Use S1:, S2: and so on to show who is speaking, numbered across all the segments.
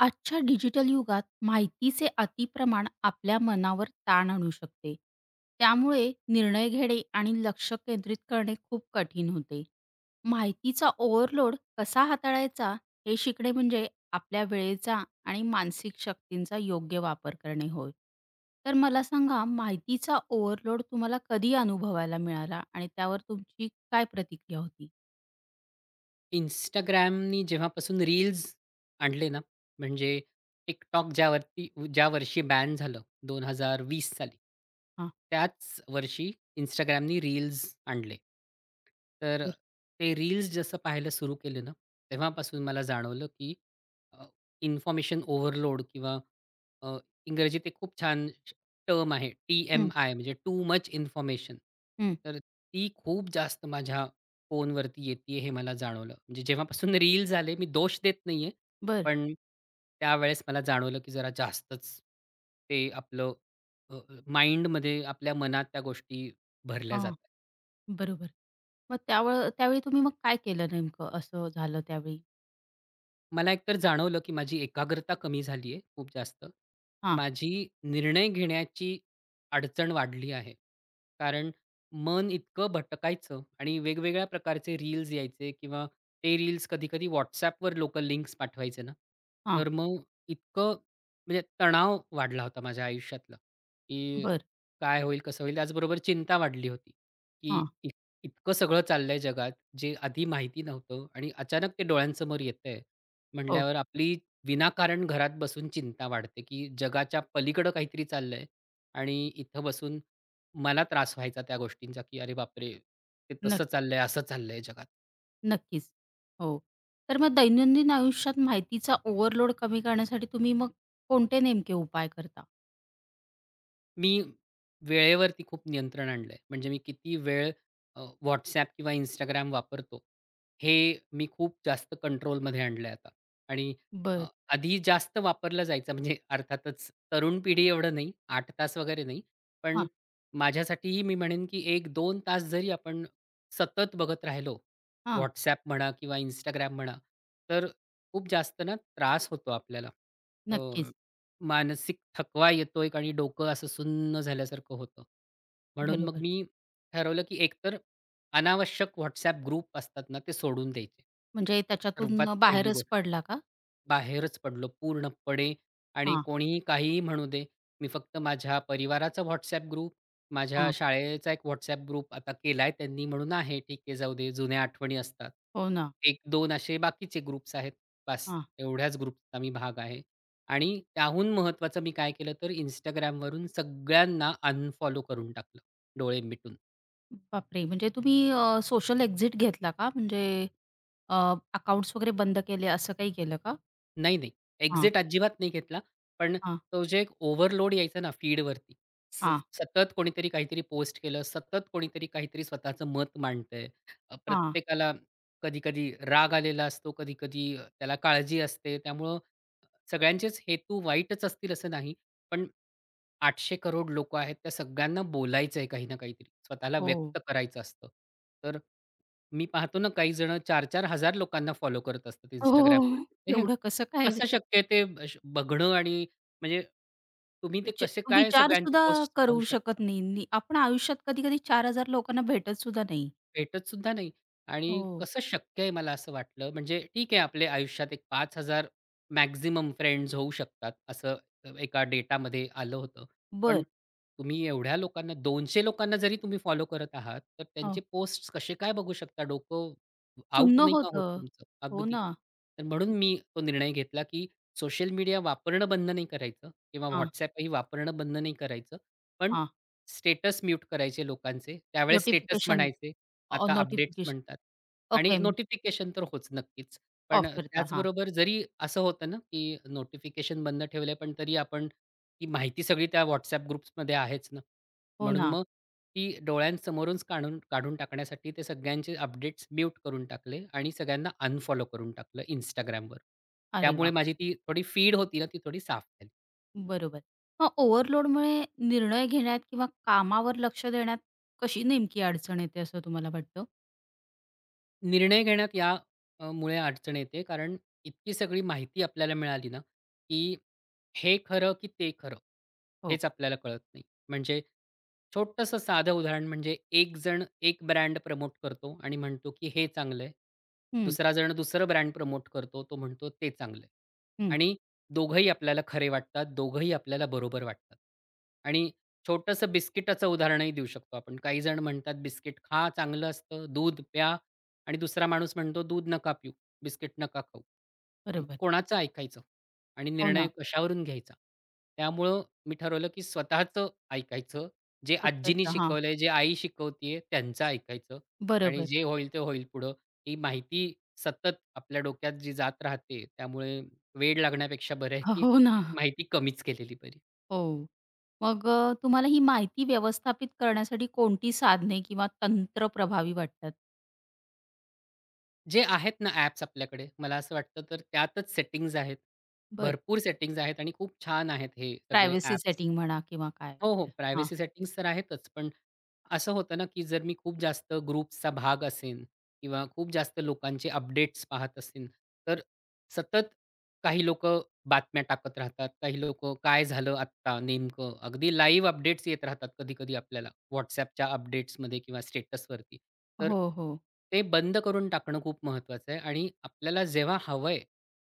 S1: आजच्या डिजिटल युगात माहितीचे अतिप्रमाण आपल्या मनावर ताण आणू शकते. त्यामुळे निर्णय घेणे आणि लक्ष केंद्रित करणे खूप कठीण होते. माहितीचा ओव्हरलोड कसा हाताळायचा हे शिकणे म्हणजे आपल्या वेळेचा आणि मानसिक शक्तींचा योग्य वापर करणे होय. तर मला सांगा माहितीचा ओव्हरलोड तुम्हाला कधी अनुभवायला मिळाला आणि त्यावर तुमची काय प्रतिक्रिया होती?
S2: Instagramनी जेव्हापासून रील्स आणले ना, म्हणजे TikTok ज्यावरती ज्या वर्षी बॅन झालं 2020 साली,
S1: हां.
S2: त्याच वर्षी Instagramनी रील्स आणले. तर
S1: बरं.
S2: ते रील्स जसं पाहायला सुरू केले ना, तेव्हापासून मला जाणवलं, की अ, इन्फॉर्मेशन ओव्हरलोड किंवा अ, इंग्रजीत एक खूप छान टर्म आहे
S1: हं,
S2: टी-एम-आय म्हणजे टू मच इन्फॉर्मेशन.
S1: हं.
S2: तर ती खूप जास्त माझ्या फोनवरती येतीये हे मला जाणवलं. म्हणजे जेव्हापासून रील्स आले मी दोष देत नाहीये.
S1: बरं.
S2: पण त्यावेळेस मला जाणवलं, की जरा जास्तच ते आपलं अ, अ, माइंडमध्ये आपल्या मनात त्या गोष्टी भरल्या
S1: हां.
S2: जातात.
S1: बरोबर. मग त्यावेळी तुम्ही मग काय केलं नेमकं असं झालं त्यावेळी?
S2: मला एकतर जाणवलं, की माझी एकाग्रता कमी झाली आहे खूप जास्त.
S1: हां,
S2: माझी निर्णय घेण्याची अडचण वाढली आहे. कारण मन इतकं भटकायचं आणि वेगवेगळ्या प्रकारचे रील्स यायचे किंवा ते रील्स कधी-कधी WhatsAppवर लोकं लिंक्स पाठवायचे ना,
S1: हां.
S2: तर मग इतकं म्हणजे तणाव वाढला होता माझ्या आयुष्यातला, की
S1: बरं.
S2: काय होईल, कसं होईल? त्याचबरोबर चिंता वाढली होती, की
S1: हां.
S2: इतकं सगळं चाललंय जगात, जे आधी माहिती नव्हतं आणि अचानक ते डोळ्यांसमोर येतंय
S1: हो.
S2: म्हटल्यावर आपली विनाकारण घरात बसून चिंता वाढते, की जगाच्या पलीकडं काहीतरी चाललंय आणि इथं बसून मला त्रास व्हायचा त्या गोष्टींचा, की "अरे बापरे! ते तसं
S1: नक्क
S2: चाललंय, असं चाललंय जगात."
S1: नक्कीच. हो. तर मग दैनंदिन आयुष्यात माहितीचा ओव्हरलोड कमी करण्यासाठी तुम्ही मग कोणते नेमके उपाय करता?
S2: मी वेळेवरती खूप नियंत्रण आणलंय. म्हणजे मी किती वेळ अ, WhatsApp किंवा Instagram वापरतो, हे मी खूप जास्त कंट्रोलमध्ये आणलंय आता. आणि अ,
S1: बरं.
S2: आधी जास्त वापरलं जायचं म्हणजे अर्थातच तरुण पिढी एवढं नाही, 8 तास वगैरे नाही. पण
S1: हां,
S2: माझ्यासाठीही मी म्हणेन की 1-2 तास जरी आपण सतत बघत राहिलो,
S1: हां.
S2: WhatsApp म्हणा किंवा Instagram म्हणा, तर खूप जास्त ना त्रास होतो आपल्याला.
S1: नक्कीच.
S2: मानसिक थकवा येतोय आणि डोकं असं सुन्न झाल्यासारखं होतं. म्हणून मग
S1: बरोबर.
S2: मी ठरवलं, की एकतर अनावश्यक WhatsApp ग्रुप असतात ना, ते सोडून द्यायचे.
S1: म्हणजे
S2: सर्वात
S1: त्याच्यातून
S2: पहिली
S1: बाहेरच
S2: गोष्ट.
S1: पडला का?
S2: बाहेरच पडलो पूर्णपणे आणि
S1: हां,
S2: कोणीही काहीही म्हणू दे. मी फक्त माझ्या परिवाराचा WhatsApp ग्रुप, माझ्या
S1: हां.
S2: शाळेचा एक WhatsApp ग्रुप आता केलाय त्यांनी म्हणून आहे. ठीक आहे जाऊ दे जुन्या आठवणी असतात.
S1: हो ना.
S2: एक 2 असे बाकीचे ग्रुप्स आहेत. बास
S1: हां.
S2: एवढ्याच ग्रुपचा मी भाग आहे. आणि त्याहून महत्त्वाचं मी काय केलं तर Instagramवरून सगळ्यांना अनफॉलो करून टाकलं, डोळे मिटून.
S1: बापरे! म्हणजे तुम्ही सोशल एक्झिट घेतला का? म्हणजे अ, अकाउंट्स वगैरे बंद केले असं काही केलं का?
S2: नाही, नाही.
S1: हां,
S2: एक्झिट अजिबात नाही घेतला. पण
S1: हां,
S2: तो जे एक ओव्हरलोड यायचा ना फीडवरती. स
S1: हां,
S2: सतत कोणीतरी काहीतरी पोस्ट केलं, सतत कोणीतरी काहीतरी स्वतःचं मत मांडतंय.
S1: हां.
S2: प्रत्येकाला कधी-कधी राग आलेला असतो, कधी-कधी त्याला काळजी असते. त्यामुळं सगळ्यांचेच हेतू वाईटच असतील असं नाही. पण 800 करोड लोकं आहेत, त्या सगळ्यांना बोलायचं आहे काही ना काहीतरी. स्वतःला
S1: हो.
S2: व्यक्त करायचं असतं. तर मी पाहतो ना काही जण चार-चार हजार लोकांना फॉलो करत असतात
S1: हो, हो, हो.
S2: Instagramवरती. हे
S1: एवढं कसं काय
S2: कसं
S1: शक
S2: शक्य आहे ते बघणं आणि म्हणजे तुम्ही ते
S1: विच
S2: कसे काय सगळ्यांचे
S1: विचारसुद्धा
S2: पोस्ट पाहू
S1: करू शकत
S2: शकता?
S1: नाही. नी आपण आयुष्यात कधी-कधी 4,000 लोकांना भेटत सुद्धा नाही.
S2: भेटत सुद्धा नाही आणि
S1: हो.
S2: कसं शक्य आहे मला असं वाटलं. म्हणजे ठीक आहे आपले आयुष्यात एक 5,000 मॅक्सिमम फ्रेंड्स होऊ शकतात, असं एका डेटामध्ये आलं होतं. पण
S1: बरं.
S2: तुम्ही एवढ्या लोकांना 200 लोकांना जरी तुम्ही फॉलो करत आहात, तर
S1: हो
S2: त्यांचे पोस्ट्स कसे काय बघू शकता? डोकं आउट
S1: सुन्न
S2: नाही का होत
S1: होतं.
S2: तुमचं?
S1: हो
S2: अगदी.
S1: ना.
S2: तर म्हणून मी तो निर्णय घेतला, की सोशल मीडिया वापरणं बंद नाही करायचं किंवा
S1: हां,
S2: WhatsAppही वापरणं बंद नाही करायचं. पण
S1: हां.
S2: स्टेटस म्यूट करायचे लोकांचे. त्यावेळेस स्टेटस
S1: नोटिफिकेशन
S2: म्हणायचे आता अपडेट्स
S1: नोटिफिकेशन
S2: म्हणतात आणि
S1: ओके.
S2: नोटिफिकेशन तर होच नक्कीच. पण
S1: ऑफ करता. हां.
S2: त्याचबरोबर जरी असं होतं ना, की नोटिफिकेशन बंद ठेवले, पण तरी आपण ही माहिती सगळी त्या WhatsApp ग्रुप्समध्ये आहेच ना.
S1: हो
S2: म्हणून
S1: ना.
S2: मग ती डोळ्यांसमोरूनच काढून काढून टाकण्यासाठी ते सगळ्यांचे अपडेट्स म्यूट करून टाकले आणि सगळ्यांना अनफॉलो करून टाकलं Instagramवर.
S1: अरे
S2: त्यामुळे
S1: वा,
S2: माझी ती थोडी फीड होती ना, ती थोडी साफ झाली.
S1: बरोबर. मग ओव्हरलोडमुळे निर्णय घेण्यात किंवा कामावर लक्ष देण्यात कशी नेमकी अडचण येते असं तुम्हाला वाटतं?
S2: निर्णय घेण्यात या मुळे अडचण येते. कारण इतकी सगळी माहिती आपल्याला मिळाली ना, की हे खरं की ते खरं,
S1: हो.
S2: हेच आपल्याला कळत नाही. म्हणजे छोटंसं साधं उदाहरण म्हणजे एक जण एक ब्रँड प्रमोट करतो आणि म्हणतो, की हे चांगलं आहे.
S1: हं,
S2: दुसरा जण दुसरं ब्रँड प्रमोट करतो. तो म्हणतो ते चांगलं आहे.
S1: हं.
S2: आणि दोघंही आपल्याला खरे वाटतात. दोघंही आपल्याला बरोबर वाटतात. आणि छोटंसं बिस्किटाचं उदाहरणही देऊ शकतो आपण. काही जण म्हणतात, "बिस्किट खा, चांगलं असतं. दूध प्या, आणि दुसरा माणूस म्हणतो, "दूध नका पिऊ, बिस्किट नका खाऊ." मग
S1: बरोबर.
S2: कोणाचं ऐकायचं आणि
S1: हो
S2: निर्णय
S1: ना.
S2: कशावरून घ्यायचा? त्यामुळं मी ठरवलं, की स्वतःचं ऐकायचं, जे आजीनी
S1: स्वतःच्या हां.
S2: शिकवलंय, जे आई शिकवतीये त्यांचं ऐकायचं आणि
S1: बरोबर.
S2: जे होईल ते होईल पुढं. ही माहिती सतत आपल्या डोक्यात जी जात राहते, त्यामुळे वेड लागण्यापेक्षा बरं आहे, की
S1: हो ना.
S2: माहिती कमीच केलेली बरी.
S1: हो. मग तुम्हाला ही माहिती व्यवस्थापित करण्यासाठी कोणती साधने किंवा तंत्र प्रभावी वाटतात?
S2: जे आहेत ना ॲप्स आपल्याकडे, मला असं वाटतं तर त्यातच सेटिंग्ज आहेत.
S1: बरं.
S2: भरपूर सेटिंग्ज आहेत आणि खूप छान आहेत हे सगळे
S1: प्रायव्हसी
S2: ॲप्स.
S1: सेटिंग म्हणा किंवा काय?
S2: हो, हो.
S1: हां.
S2: प्रायव्हसी सेटिंग्ज तर आहेतच. पण असं होतं ना, की जर मी खूप जास्त ग्रुप्सचा भाग असेन किंवा खूप जास्त लोकांचे अपडेट्स पाहत असेन, तर सतत काही लोकं बातम्या टाकत राहतात. काही लोकं काय झालं आत्ता नेमकं? अगदी लाईव्ह अपडेट्स येत राहतात कधी-कधी आपल्याला WhatsAppच्या अपडेट्समध्ये किंवा स्टेटसवरती. तर
S1: हो, हो.
S2: ते बंद करून टाकणं खूप महत्वाचं आहे आणि आपल्याला जेव्हा हवंय,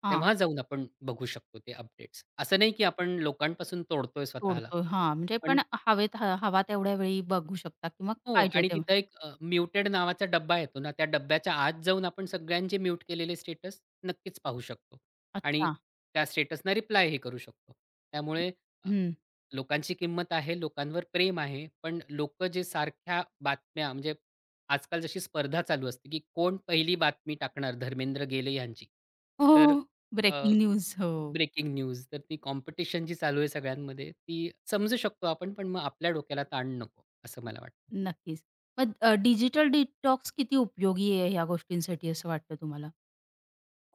S1: हां.
S2: तेव्हा जाऊन आपण बघू शकतो ते अपडेट्स. असं नाही, की आपण लोकांपासून तोडतोय स्वतःला.
S1: तोडतोय. हां, म्हणजे पण हवेत हवा तेवढ्या वेळी बघू शकता किंवा
S2: हो
S1: पाहिजे
S2: आणि
S1: तेव्हा.
S2: तिथं एक म्युटेड नावाचा डब्बा येतो ना, त्या डब्याच्या आत जाऊन आपण सगळ्यांचे म्यूट केलेले स्टेटस नक्कीच पाहू शकतो आणि
S1: अच्छा.
S2: त्या स्टेटसना रिप्लायही करू शकतो.
S1: हं.
S2: त्यामुळे अ, लोकांची किंमत आहे, लोकांवर प्रेम आहे, पण लोकं जे सारख्या बातम्या म्हणजे आजकाल जशी स्पर्धा चालू असते, की कोण पहिली बातमी टाकणार धर्मेंद्र गेले यांची.
S1: हो.
S2: तर
S1: ब्रेकिंग न्यूज. हो.
S2: ब्रेकिंग न्यूज तर ती कॉम्पिटिशन जी चालू आहे सगळ्यांमध्ये, ती समजू शकतो आपण, पण मग आपल्या डोक्याला ताण नको, असं मला वाटतं.
S1: नक्कीच. मग डिजिटल डिटॉक्स किती उपयोगी आहे ह्या गोष्टींसाठी असं वाटतं तुम्हाला?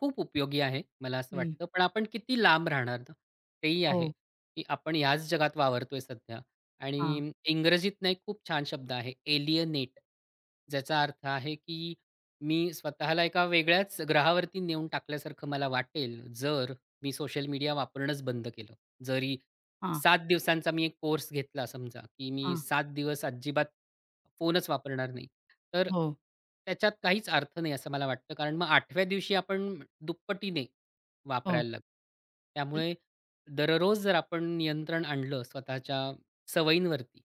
S2: खूप उपयोगी आहे, मला असं
S1: हं.
S2: वाटतं. पण आपण किती लांब राहणार ना? तेही आहे,
S1: हो.
S2: की आपण याच जगात वावरतोय सध्या
S1: हां.
S2: आणि इंग्रजीत ना एक खूप छान शब्द आहे एलियनेट. ज्याचा अर्थ आहे, की मी स्वतःला एका वेगळ्याच ग्रहावरती नेऊन टाकल्यासारखं मला वाटेल, जर मी सोशल मीडिया वापरणंच बंद केलं. जरी
S1: हां.
S2: 7 दिवसांचा मी एक कोर्स घेतला समजा, की मी
S1: हां.
S2: 7 दिवस अजिबात फोनच वापरणार नाही. तर
S1: हो.
S2: त्याच्यात काहीच अर्थ नाही असं मला वाटतं. कारण मग 8व्या दिवशी आपण दुप्पटीने
S1: हो.
S2: वापरायला लागतो. त्यामुळे दररोज जर आपण नियंत्रण आणलं स्वतःच्या सवयींवरती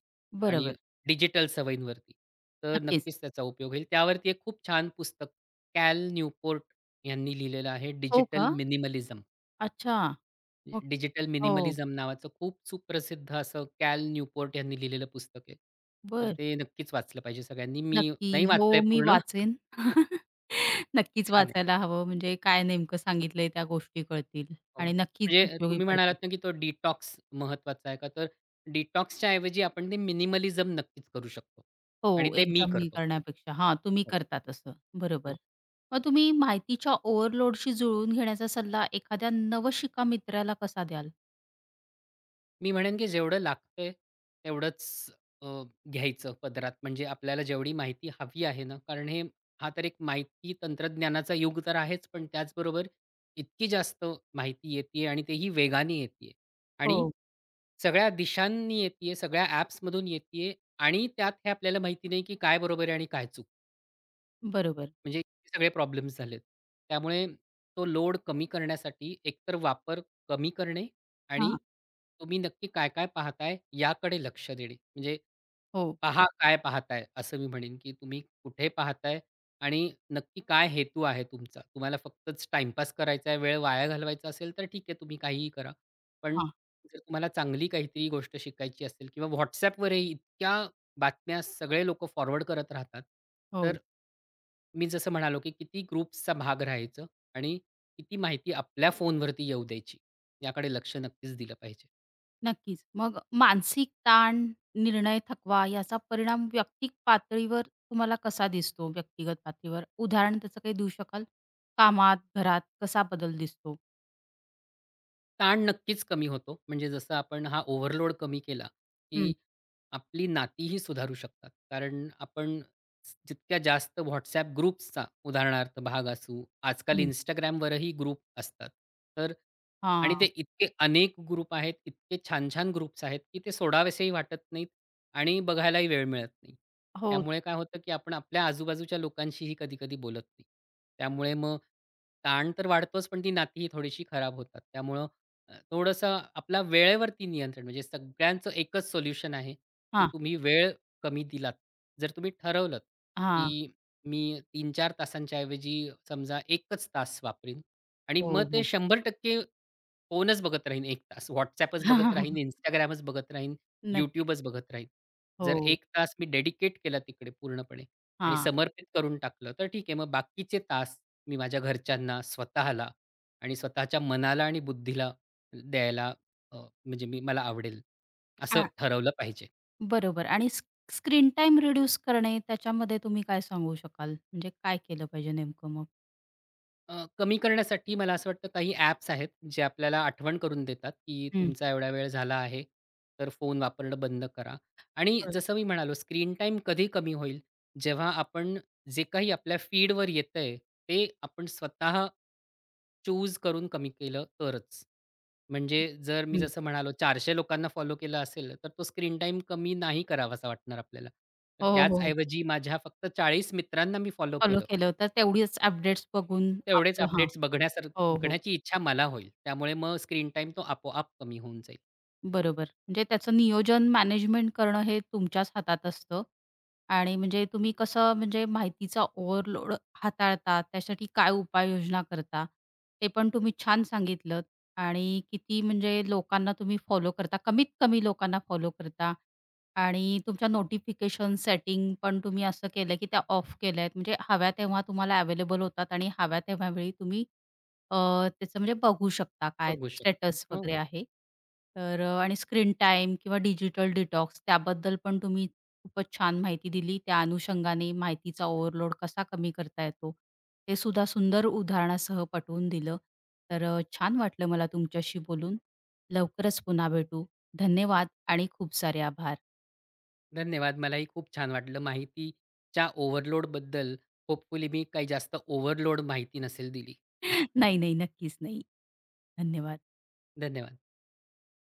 S2: आणि
S1: बरोबर.
S2: डिजिटल सवयींवरती, तर
S1: नक्कीच.
S2: नक्कीच त्याचा उपयोग होईल. त्यावरती एक खूप छान पुस्तक कॅल न्यूपोर्ट यांनी लिहिलेलं आहे
S1: हो
S2: डिजिटल
S1: का?
S2: मिनिमलिझम.
S1: अच्छा. मग
S2: डिजिटल
S1: हो.
S2: मिनिमलिझम नावाचं खूप सुप्रसिद्ध असं कॅल न्यूपोर्ट यांनी लिहिलेलं पुस्तक आहे. तर
S1: बर,
S2: ते नक्कीच वाचलं पाहिजे सगळ्यांनी. मी नाही
S1: नक्की.
S2: वाचलंय
S1: हो, मी
S2: पूर्ण.
S1: वाचेन. नक्कीच
S2: छान आहे.
S1: वाचायला हवं. म्हणजे काय नेमकं सांगितलंय त्या गोष्टी कळतील
S2: हो.
S1: आणि नक्कीच
S2: म्हणजे
S1: उपयोगी
S2: तुम्ही म्हणालात
S1: पडतील.
S2: ना, की तो डिटॉक्स महत्त्वाचा आहे का? तर डिटॉक्सच्या ऐवजी आपण ते मिनिमलिझम नक्कीच करू शकतो
S1: हो,
S2: आणि ते मी
S1: एक्झाम मी
S2: करतो.
S1: करण्यापेक्षा. हां, तुम्ही
S2: हो.
S1: करता तसं.
S2: हो.
S1: बरोबर. मग तुम्ही माहितीच्या ओव्हरलोडशी जुळवून घेण्याचा सल्ला एखाद्या नवशिका मित्राला कसा द्याल?
S2: मी म्हणेन की जेवढं लागतंय तेवढंच अ, घ्यायचं पदरात. म्हणजे आपल्याला जेवढी माहिती हवी आहे ना, कारण हे हा तर एक माहिती तंत्रज्ञानाचा युग तर आहेच, पण त्याचबरोबर इतकी जास्त माहिती येतीये आणि तेही वेगाने येतीये आणि
S1: हो.
S2: सगळ्या दिशांनी येतीये, सगळ्या ॲप्समधून येतीये आणि त्यात हे आपल्याला माहिती नाही की काय बरोबर आहे आणि काय चूक.
S1: बरोबर.
S2: म्हणजे इतके सगळे प्रॉब्लेम्स झालेत. त्यामुळे तो लोड कमी करण्यासाठी एकतर वापर कमी करणे आणि
S1: हां.
S2: तुम्ही नक्की काय-काय पाहताय याकडे लक्ष देणे. म्हणजे
S1: हो.
S2: पहा काय पाहताय? असं मी म्हणेन, की तुम्ही कुठे पाहताय आणि नक्की काय हेतू आहे तुमचा? तुम्हाला फक्तच टाईमपास करायचा आहे, वेळ वाया घालवायचा असेल तर ठीक आहे, तुम्ही काहीही करा. पण
S1: हां.
S2: जर तुम्हाला चांगली काहीतरी गोष्ट शिकायची असेल किंवा WhatsAppवरही इतक्या बातम्या सगळे लोकं फॉरवर्ड करत राहतात. तर
S1: हो.
S2: मी जसं म्हणालो, की किती ग्रुप्सचा भाग राहायचं आणि किती माहिती आपल्या फोनवरती येऊ द्यायची, याकडे लक्ष नक्कीच दिलं पाहिजे.
S1: नक्कीच. मग मानसिक ताण, निर्णय थकवा याचा परिणाम व्यक्तिक पातळीवर तुम्हाला कसा दिसतो व्यक्तिगत पातळीवर? उदाहरण त्याचं काही देऊ शकाल? कामात, घरात कसा बदल दिसतो?
S2: ताण नक्कीच कमी होतो. म्हणजे जसं आपण हा ओव्हरलोड कमी केला,
S1: हं,
S2: की आपली नातीही सुधारू शकतात. कारण आपण स- जितक्या जास्त WhatsApp ग्रुप्सचा उदाहरणार्थ भाग असू, आजकाल
S1: हं.
S2: Instagramवरही ग्रुप असतात. तर आणि ते
S1: हां.
S2: इतके अनेक ग्रुप आहेत, इतके छान-छान ग्रुप्स आहेत, की ते सोडावेसेही वाटत नाहीत आणि बघायलाही वेळ मिळत नाही.
S1: हो.
S2: त्यामुळे काय होतं, की आपण आपल्या आजूबाजूच्या लोकांशीही कधी-कधी बोलत नाही. त्यामुळे मग ताण तर वाढतोच, पण ती नातीही थोडीशी खराब होतात. त्यामुळं थोडंसं आपला वेळेवरती नियंत्रण म्हणजे सगळ्यांचं एकच सोल्युशन आहे, की
S1: हां,
S2: तुम्ही वेळ कमी दिलात. जर तुम्ही ठरवलंत, की
S1: हां.
S2: मी तीन-चार तासांच्या ऐवजी समजा 1च तास वापरीन आणि मग
S1: हो,
S2: ते
S1: हो.
S2: 100% फोनच बघत राहीन 1 तास, WhatsAppच बघत राहीन, Instagramच बघत राहीन,
S1: नक्कीच.
S2: YouTubeच बघत राहीन. जर
S1: हो.
S2: 1 तास मी डेडिकेट केला तिकडे पूर्णपणे आणि
S1: हां.
S2: समर्पित करून टाकलं, तर ठीक आहे. मग बाकीचे तास मी माझ्या घरच्यांना, स्वतःला आणि स्वतःच्या मनाला आणि बुद्धीला द्यायला अ, म्हणजे मी मला आवडेल असं
S1: हां.
S2: ठरवलं पाहिजे.
S1: बरोबर आणि स्क्रीन टाईम रिड्यूस करणे त्याच्यामध्ये तुम्ही काय सांगू शकाल? म्हणजे काय केलं पाहिजे नेमकं मग?
S2: कमी करण्यासाठी मला असं वाटतं काही ॲप्स आहेत, जे आपल्याला आठवण करून देतात, की
S1: हं.
S2: तुमचा एवढा वेळ झाला आहे, तर फोन वापरणं बंद करा. आणि
S1: बरं.
S2: जसं मी म्हणालो स्क्रीन टाईम कधी कमी होईल? जेव्हा आपण जे काही आपल्या फीडवर येतंय, ते आपण स्वतः चूज करून कमी केलं तरच. म्हणजे जर मी
S1: हं.
S2: जसं म्हणालो 400 लोकांना फॉलो केलं असेल, तर तो स्क्रीन टाईम कमी नाही करावासा वाटणार आपल्याला. तर
S1: हो,
S2: त्याच
S1: हो.
S2: ऐवजी माझ्या फक्त 40 मित्रांना मी फॉलो
S1: फॉलो
S2: केलं,
S1: केलं तर तेवढीच अपडेट्स बघून
S2: तेवढेच
S1: आपलं हां.
S2: अपडेट्स
S1: हो, हो.
S2: बघण्याची इच्छा मला होईल. त्यामुळे मग स्क्रीन टाईम तो आपोआप कमी होऊन जाईल.
S1: बरोबर. म्हणजे त्याचं नियोजन, मॅनेजमेंट करणं हे तुमच्याच हातात असतं आणि म्हणजे तुम्ही कसं म्हणजे माहितीचा ओव्हरलोड हाताळता, त्यासाठी काय उपाययोजना करता, ते पण तुम्ही छान सांगितलंत आणि किती म्हणजे लोकांना तुम्ही फॉलो करता, कमीत कमी लोकांना फॉलो करता आणि तुमच्या नोटिफिकेशन सेटिंग पण तुम्ही असं केलं की त्या ऑफ केल्या आहेत. म्हणजे हव्या तेव्हा तुम्हाला अवेलेबल होतात आणि हव्या तेव्हा वेळी तुम्ही अ, त्याचं म्हणजे बघू शकता काय
S2: बघू शकतो.
S1: स्टेटस
S2: हो,
S1: वगैरे आहे. तर आणि स्क्रीन टाईम किंवा डिजिटल डिटॉक्स त्याबद्दल पण तुम्ही खूपच छान माहिती दिली. त्या अनुषंगाने माहितीचा ओव्हरलोड कसा कमी करता येतो, हे सुद्धा सुंदर उदाहरणासह पटवून दिलं. तर छान वाटलं मला तुमच्याशी बोलून. लवकरच पुन्हा भेटू. धन्यवाद आणि खूप सारे आभार.
S2: धन्यवाद. मलाही खूप छान वाटलं माहितीच्या ओव्हरलोडबद्दल होपफुली मी काही जास्त ओव्हरलोड माहिती नसेल दिली.
S1: नाही, नाही. नक्कीच नाही. धन्यवाद.
S2: धन्यवाद.